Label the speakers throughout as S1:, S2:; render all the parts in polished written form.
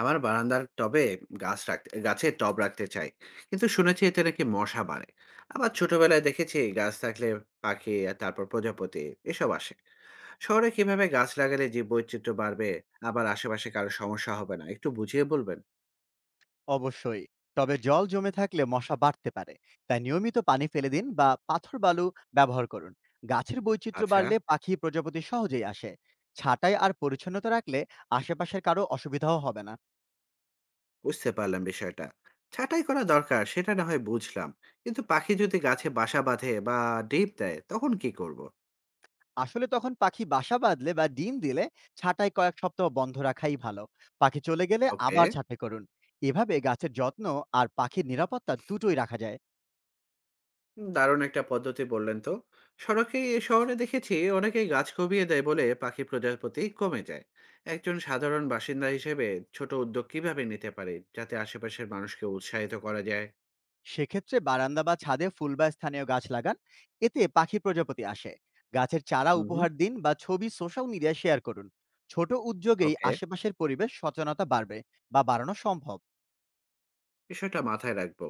S1: আমার বারান্দার টবে গাছ রাখতে গাছে টব রাখতে চাই, কিন্তু শুনেছি এতে নাকি মশা বাড়ে। আবার ছোটবেলায় দেখেছি গাছ থাকলে পাখি আর তারপর প্রজাপতি এসব আসে। শহরে কিভাবে গাছ লাগালে জীব বৈচিত্র্য বাড়বে, আবার আশেপাশে কারো সমস্যা হবে না, একটু বুঝিয়ে বলবেন?
S2: অবশ্যই। তবে জল জমে থাকলে মশা বাড়তে পারে, তাই নিয়মিত পানি ফেলে দিন বা পাথর বালু ব্যবহার করুন। গাছের বৈচিত্র্য
S1: আচ্ছা।
S2: বাড়লে পাখি প্রজাপতি সহজেই আসে। ছাঁটাই আর পরিচ্ছন্নতা রাখলে আশেপাশের কারো অসুবিধাও হবে না।
S1: বুঝতে পারলাম বিষয়টা। ছাঁটাই করা দরকার সেটা না হয় বুঝলাম, কিন্তু পাখি যদি গাছে বাসা বাঁধে বা ডিম দেয় তখন কি করব?
S2: আসলে তখন পাখি বাসা বাঁধলে বা ডিম দিলে ছাঁটাই কয়েক সপ্তাহ বন্ধ রাখাই ভালো। পাখি চলে গেলে
S1: ওকে।
S2: আবার ছাঁটাই করুন। এভাবে গাছের যত্ন আর পাখির নিরাপত্তা দুটোই রাখা যায়।
S1: হুম, দারুণ একটা পদ্ধতি বললেন তো। সড়কে এ শহরে দেখেছি অনেকেই গাছ কমিয়ে দেয় বলে পাখি প্রজাপতি কমে যায়। একজন সাধারণ বাসিন্দা হিসেবে ছোট উদ্যোগ কিভাবে নিতে পারে যাতে আশেপাশের মানুষকে উৎসাহিত করা যায়?
S2: সেক্ষেত্রে বারান্দা বা ছাদে ফুল বা স্থানীয় গাছ লাগান। এতে পাখি প্রজাপতি আসে। গাছের চারা
S1: হুম হুম।
S2: উপহার দিন বা ছবি সোশ্যাল মিডিয়ায় শেয়ার করুন। ছোট উদ্যোগেই
S1: ওকে।
S2: আশেপাশের পরিবেশ সচেতনতা বাড়বে বা বাড়ানো সম্ভব।
S1: বিষয়টা মাথায় রাখবো।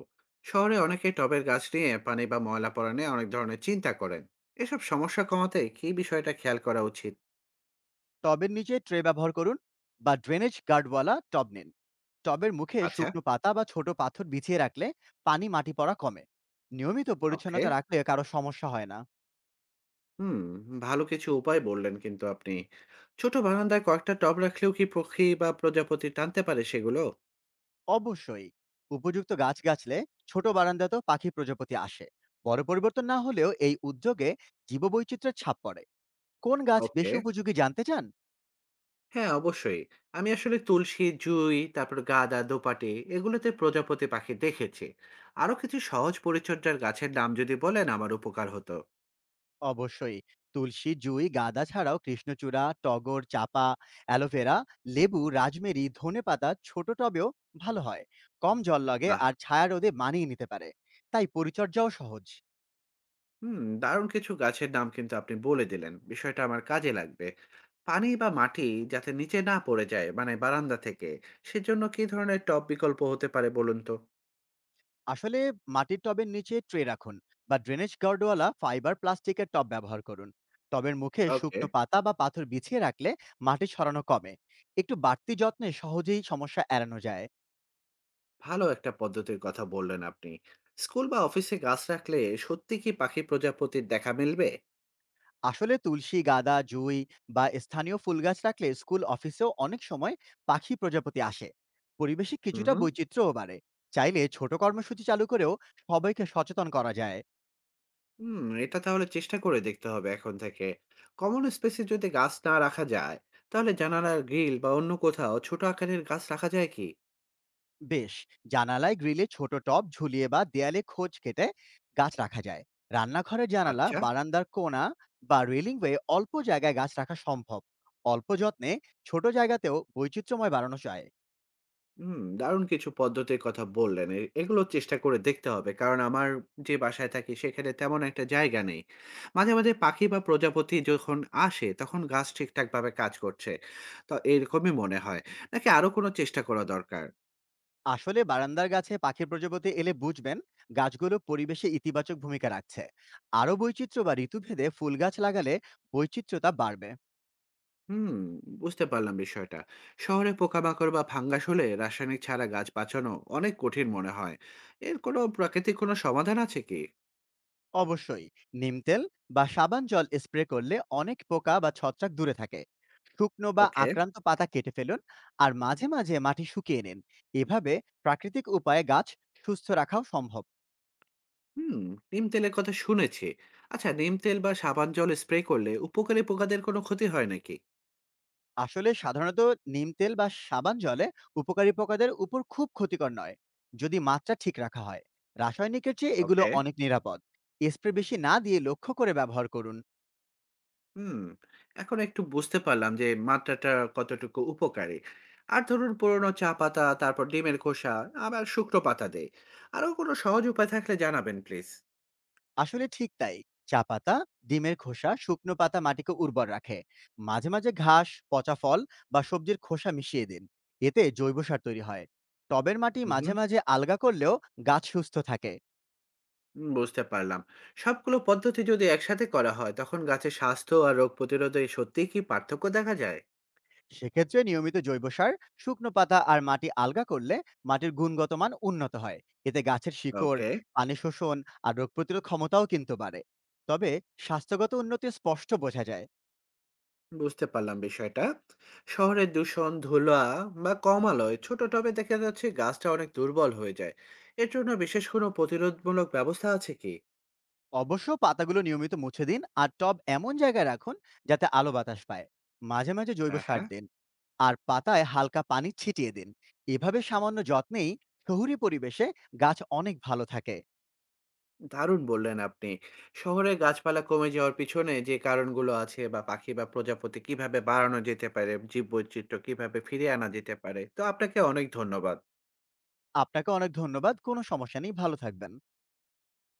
S1: শহরে অনেকেই টবের গাছ নিয়ে পানি বা ময়লা পড়া নিয়ে অনেক ধরনের চিন্তা করেন। এসব সমস্যা কমাতে কি বিষয়টা খেয়াল করা উচিত?
S2: টবের নিচে ট্রে ব্যবহার করুন বা ড্রেনেজ গার্ডওয়ালা টব নিন। টবের মুখে
S1: আচ্ছা।
S2: শুকনো পাতা বা ছোট পাথর বিছিয়ে রাখলে পানি মাটি পড়া কমে। নিয়মিত
S1: ওকে।
S2: পরিচ্ছন্নতা রাখলে কারো সমস্যা হয় না।
S1: হুম, ভালো কিছু উপায় বললেন কিন্তু আপনি। ছোট বারান্দায় কয়েকটা টব রাখলেও কি পক্ষী বা প্রজাপতি টানতে পারে সেগুলো?
S2: অবশ্যই, উপযুক্ত গাছ গাছলে ছোট বারান্দাতেও পাখি প্রজাপতি আসে। বড় পরিবর্তন না হলেও এই উদ্যোগে জীববৈচিত্র্যের ছাপ পড়ে। কোন গাছ
S1: ওকে।
S2: বেশি উপযোগী জানতে চান?
S1: হ্যাঁ, অবশ্যই। আমি আসলে তুলসী, জুঁই, তারপর গাঁদা, দোপাটি এগুলোতে প্রজাপতি পাখি দেখেছি। আরো কিছু সহজ পরিচর্যার গাছের নাম যদি বলেন আমার উপকার হতো।
S2: অবশ্যই, তুলসী জুঁই গাঁদা ছাড়াও কৃষ্ণচূড়া টগর চাপা, অ্যালোভেরা, লেবু রাজমেরি ধনেপাতা ছোট টবেও ভালো হয়। কম জল লাগে
S1: আহ।
S2: আর ছায়া রোদে মানিয়ে নিতে পারে, তাই পরিচর্যাও সহজ।
S1: হুম, দারুণ কিছু গাছের নাম কিন্তু আপনি বলে দিলেন। বিষয়টা আমার কাজে লাগবে। পানি বা মাটি যাতে নিচে না পড়ে যায় মানে বারান্দা থেকে, সেজন্য কি ধরনের টব বিকল্প হতে পারে বলুন তো?
S2: আসলে মাটির টবের নিচে ট্রে রাখুন বা ড্রেনেজ গার্ডওয়ালা ফাইবার প্লাস্টিকের টব ব্যবহার করুন। টবের মুখে
S1: ওকে।
S2: শুকনো পাতা বা পাথর বিছিয়ে রাখলে মাটি ছড়ানো কমে। একটু বাড়তি যত্নে সহজেই সমস্যা এড়ানো যায়।
S1: ভালো একটা পদ্ধতির কথা বললেন আপনি। স্কুল বা অফিসে গাছ রাখলে সত্যি কি পাখি প্রজাপতির দেখা মিলবে?
S2: আসলে তুলসী গাদা জুই বা স্থানীয় ফুল গাছ রাখলে স্কুল অফিসেও অনেক সময় পাখি প্রজাপতি আসে। পরিবেশে
S1: হুম
S2: কিছুটা
S1: হুম।
S2: বৈচিত্র্যও বাড়ে। চাইলে ছোট কর্মসূচি চালু করেও সবাইকে সচেতন করা যায়।
S1: হুম, এটা তাহলে চেষ্টা করে দেখতে হবে এখন থেকে। কমন স্পেসে যদি গাছ না রাখা যায়, তাহলে জানালার গ্রিল বা অন্য কোথাও ছোট আকারের গাছ রাখা যায় কি?
S2: বেশ, জানালায় গ্রিলে ছোট টব ঝুলিয়ে বা দেয়ালে খোঁজ কেটে গাছ রাখা যায়। রান্নাঘরের জানালা
S1: আচ্ছা।
S2: বারান্দার কোণা বা রেলিং ওয়ে অল্প জায়গায় গাছ রাখা সম্ভব। অল্প যত্নে ছোট জায়গাতেও বৈচিত্র্যময় বাড়ানো যায়।
S1: হুম, দারুণ কিছু পদ্ধতির কথা বললেন। এগুলো চেষ্টা করে দেখতে হবে। কারণ আমার যে বাসায় থাকি সেখানে তেমন একটা জায়গা নেই। মাঝে, মাঝে পাখি বা প্রজাপতি যখন আসে তখন গাছ ঠিকঠাকভাবে কাজ করছে তো এরকমই মনে হয়। নাকি আরো কোনো চেষ্টা করা দরকার?
S2: আসলে বারান্দার গাছে পাখির প্রজাপতি এলে বুঝবেন গাছগুলো পরিবেশে ইতিবাচক ভূমিকা রাখছে। আরও বৈচিত্র্য বা ঋতুভেদে ফুল গাছ লাগালে বৈচিত্র্যতা বাড়বে।
S1: হুম, বুঝতে পারলাম বিষয়টা। শহরে পোকামাকড় বা ফাঙ্গাস হলে রাসায়নিক ছাড়া গাছ বাঁচানো অনেক কঠিন মনে হয়। এর কোনো প্রাকৃতিক কোনো সমাধান আছে কি?
S2: অবশ্যই, নিম তেল বা সাবান জল স্প্রে করলে অনেক পোকা বা ছত্রাক দূরে থাকে। শুকনো বা
S1: ওকে।
S2: আক্রান্ত পাতা কেটে ফেলুন আর মাঝে মাঝে মাটি শুকিয়ে নিন। এভাবে প্রাকৃতিক উপায়ে গাছ সুস্থ রাখাও সম্ভব।
S1: হুম, নিম তেলের কথা শুনেছি। আচ্ছা, নিম তেল বা সাবান জল স্প্রে করলে উপকারী পোকাদের কোনো ক্ষতি হয় নাকি?
S2: আসলে সাধারণত নিম তেল বা সাবান জলে উপকারী পোকাদের উপর খুব ক্ষতিকর নয়, যদি মাত্রা ঠিক রাখা হয়। রাসায়নিকের চেয়ে এগুলো
S1: ওকে।
S2: অনেক নিরাপদ। স্প্রে বেশি না দিয়ে লক্ষ্য করে ব্যবহার করুন।
S1: হুম, এখন একটু বুঝতে পারলাম যে মাত্রাটা কতটুকু উপকারী। আর ধরুন পুরোনো চা পাতা তারপর ডিমের খোসা আবার শুকনো পাতা দেয়। আরো কোনো সহজ উপায় থাকলে জানাবেন প্লিজ।
S2: আসলে ঠিক তাই। চা পাতা, ডিমের খোসা, শুকনো পাতা মাটিকে উর্বর রাখে। মাঝে মাঝে ঘাস, পচা ফল বা সবজির খোসা মিশিয়ে দিন। এতে জৈব সার তৈরি হয়। টবের মাটি মাঝে
S1: হুম,
S2: মাঝে আলগা করলেও গাছ সুস্থ থাকে।
S1: বুঝতে পারলাম। সবগুলো পদ্ধতি যদি একসাথে করা হয় তখন গাছের স্বাস্থ্য আর রোগ প্রতিরোধে সত্যিই কি পার্থক্য দেখা যায়?
S2: সেক্ষেত্রে নিয়মিত জৈব সার, শুকনো পাতা আর মাটি আলগা করলে মাটির গুণগত মান উন্নত হয়। এতে গাছের শিকড়,
S1: ওকে।
S2: পানি শোষণ আর রোগ প্রতিরোধ ক্ষমতাও কিন্তু বাড়ে। তবে স্বাস্থ্যগত উন্নতি স্পষ্ট বোঝা যায়।
S1: বুঝতে পারলাম বিষয়টা। শহরের দূষণ, ধুলা বা কম আলোয় ছোট টবে দেখা যাচ্ছে গাছটা অনেক দুর্বল হয়ে যায়। এর জন্য বিশেষ কোনো প্রতিরোধমূলক ব্যবস্থা আছে কি?
S2: অবশ্য পাতাগুলো নিয়মিত মুছে দিন আর টব এমন জায়গায় রাখুন যাতে আলো বাতাস পায়। মাঝে মাঝে জৈব
S1: হ্যাঁ
S2: সার
S1: হ্যাঁ।
S2: দিন আর পাতায় হালকা পানি ছিটিয়ে দিন। এভাবে সামান্য যত্নেই শহুরি পরিবেশে গাছ অনেক ভালো থাকে।
S1: দারুণ বললেন আপনি। শহরে গাছপালা কমে যাওয়ার পিছনে যে কারণগুলো আছে বা পাখি বা প্রজাপতি কিভাবে বাড়ানো যেতে পারে, জীববৈচিত্র্য কিভাবে ফিরিয়ে আনা যেতে পারে। তো আপনাকে অনেক ধন্যবাদ।
S2: আপনাকে অনেক ধন্যবাদ। কোনো সমস্যা নেই, ভালো থাকবেন।